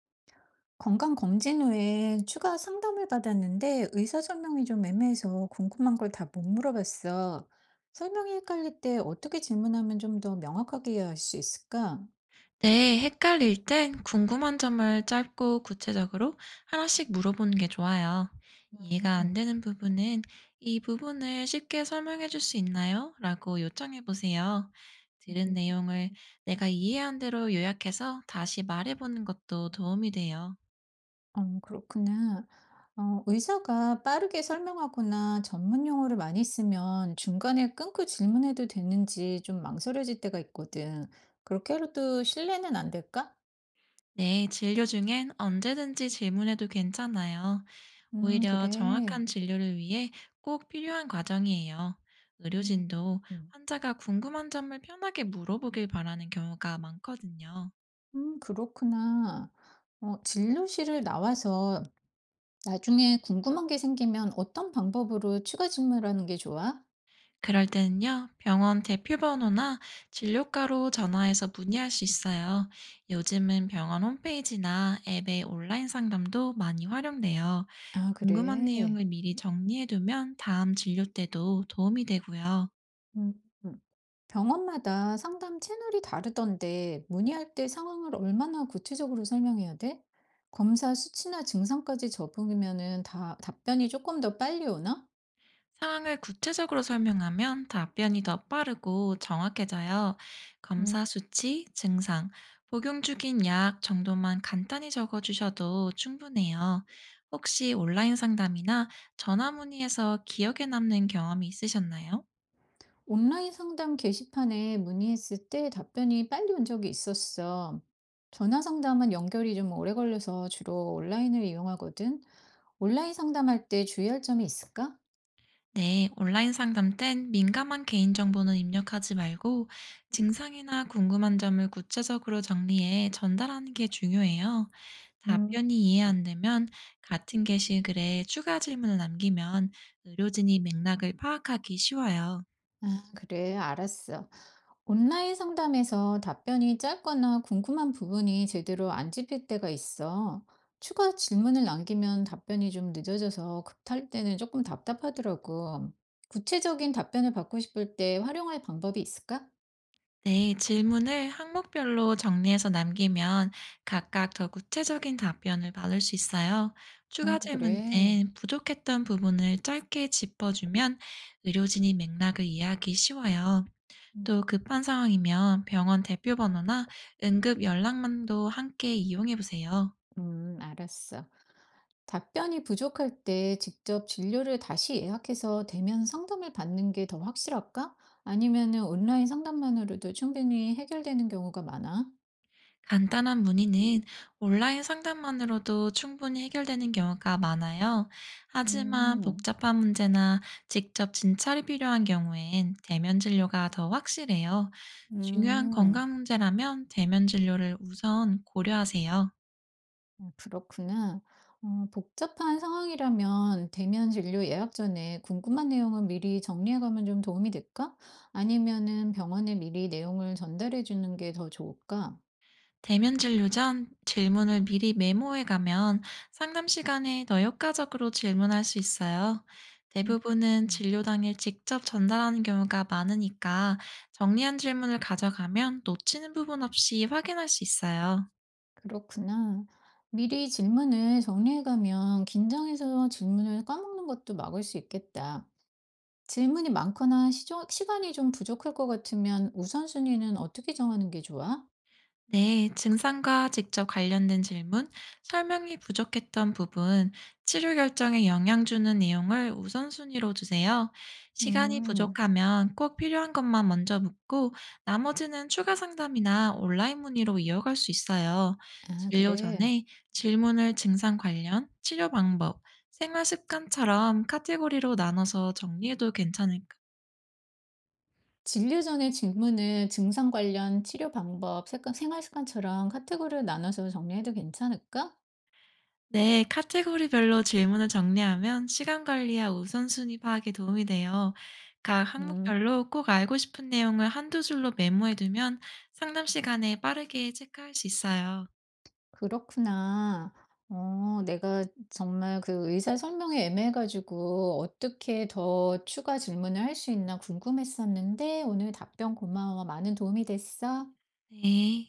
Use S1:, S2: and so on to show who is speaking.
S1: 건강검진 후에 추가 상담을 받았는데 의사 설명이 좀 애매해서 궁금한 걸 다 못 물어봤어. 설명이 헷갈릴 때 어떻게 질문하면 좀 더 명확하게 이해할 수 있을까?
S2: 네, 헷갈릴 땐 궁금한 점을 짧고 구체적으로 하나씩 물어보는 게 좋아요. 이해가 안
S1: 음,
S2: 되는 부분은 이 부분을 쉽게 설명해 줄 수 있나요? 라고 요청해 보세요. 들은
S1: 음,
S2: 내용을 내가 이해한 대로 요약해서 다시 말해 보는 것도 도움이 돼요.
S1: 어, 그렇구나. 어, 의사가 빠르게 설명하거나 전문 용어를 많이 쓰면 중간에 끊고 질문해도 되는지 좀 망설여질 때가 있거든. 그렇게 해도 신뢰는 안 될까?
S2: 네, 진료 중엔 언제든지 질문해도 괜찮아요. 오히려
S1: 그래.
S2: 정확한 진료를 위해 꼭 필요한 과정이에요.
S1: 음.
S2: 의료진도
S1: 음.
S2: 환자가 궁금한 점을 편하게 물어보길 바라는 경우가 많거든요.
S1: 그렇구나. 어, 진료실을 나와서 나중에 궁금한 게 생기면 어떤 방법으로 추가 질문하는 게 좋아?
S2: 그럴 때는요, 병원 대표 번호나 진료과로 전화해서 문의할 수 있어요. 요즘은 병원 홈페이지나 앱의 온라인 상담도 많이 활용돼요.
S1: 아,
S2: 궁금한
S1: 그래.
S2: 내용을 미리 정리해두면 다음 진료 때도 도움이 되고요.
S1: 음, 음. 병원마다 상담 채널이 다르던데 문의할 때 상황을 얼마나 구체적으로 설명해야 돼? 검사 수치나 증상까지 적으면은 다 답변이 조금 더 빨리 오나?
S2: 상황을 구체적으로 설명하면 답변이 더 빠르고 정확해져요. 검사 수치, 증상, 복용 중인 약 정도만 간단히 적어주셔도 충분해요. 혹시 온라인 상담이나 전화 문의에서 기억에 남는 경험이 있으셨나요?
S1: 온라인 상담 게시판에 문의했을 때 답변이 빨리 온 적이 있었어. 전화 상담은 연결이 좀 오래 걸려서 주로 온라인을 이용하거든. 온라인 상담할 때 주의할 점이 있을까?
S2: 네, 온라인 상담 땐 민감한 개인정보는 입력하지 말고 증상이나 궁금한 점을 구체적으로 정리해 전달하는 게 중요해요.
S1: 음.
S2: 답변이 이해 안 되면 같은 게시글에 추가 질문을 남기면 의료진이 맥락을 파악하기 쉬워요.
S1: 그래, 알았어. 온라인 상담에서 답변이 짧거나 궁금한 부분이 제대로 안 짚일 때가 있어. 추가 질문을 남기면 답변이 좀 늦어져서 급할 때는 조금 답답하더라고. 구체적인 답변을 받고 싶을 때 활용할 방법이 있을까?
S2: 네, 질문을 항목별로 정리해서 남기면 각각 더 구체적인 답변을 받을 수 있어요. 추가
S1: 어,
S2: 질문
S1: 그래.
S2: 땐 부족했던 부분을 짧게 짚어주면 의료진이 맥락을 이해하기 쉬워요.
S1: 음,
S2: 또 급한 상황이면 병원 대표 번호나 응급 연락만도 함께 이용해 보세요.
S1: 알았어. 답변이 부족할 때 직접 진료를 다시 예약해서 대면 상담을 받는 게 더 확실할까? 아니면은 온라인 상담만으로도 충분히 해결되는 경우가 많아?
S2: 간단한 문의는 온라인 상담만으로도 충분히 해결되는 경우가 많아요. 하지만
S1: 음,
S2: 복잡한 문제나 직접 진찰이 필요한 경우엔 대면 진료가 더 확실해요. 중요한
S1: 음,
S2: 건강 문제라면 대면 진료를 우선 고려하세요.
S1: 어, 그렇구나. 어, 복잡한 상황이라면 대면 진료 예약 전에 궁금한 내용은 미리 정리해가면 좀 도움이 될까? 아니면은 병원에 미리 내용을 전달해 주는 게 더 좋을까?
S2: 대면 진료 전 질문을 미리 메모해 가면 상담 시간에 더 효과적으로 질문할 수 있어요.
S1: 음.
S2: 대부분은
S1: 음.
S2: 진료 당일 직접 전달하는 경우가 많으니까 정리한 질문을 가져가면 놓치는 부분 없이 확인할 수 있어요.
S1: 그렇구나. 미리 질문을 정리해가면 긴장해서 질문을 까먹는 것도 막을 수 있겠다. 질문이 많거나 시간이 좀 부족할 것 같으면 우선순위는 어떻게 정하는 게 좋아?
S2: 네, 증상과 직접 관련된 질문, 설명이 부족했던 부분, 치료 결정에 영향 주는 내용을 우선순위로 주세요. 시간이
S1: 음,
S2: 부족하면 꼭 필요한 것만 먼저 묻고, 나머지는 추가 상담이나 온라인 문의로 이어갈 수 있어요.
S1: 아,
S2: 진료
S1: 그래.
S2: 전에 질문을 증상 관련, 치료 방법, 생활 습관처럼 카테고리로 나눠서 정리해도 괜찮을까요?
S1: 진료 전에 질문을 증상 관련 치료 방법, 생활 습관처럼 카테고리를 나눠서 정리해도 괜찮을까?
S2: 네, 카테고리별로 질문을 정리하면 시간 관리와 우선순위 파악에 도움이 돼요. 각
S1: 음.
S2: 항목별로 꼭 알고 싶은 내용을 한두 줄로 메모해두면 상담 시간에 빠르게 체크할 수 있어요.
S1: 그렇구나. 어, 내가 정말 그 의사 설명이 애매해가지고 어떻게 더 추가 질문을 할 수 있나 궁금했었는데 오늘 답변 고마워. 많은 도움이 됐어.
S2: 네.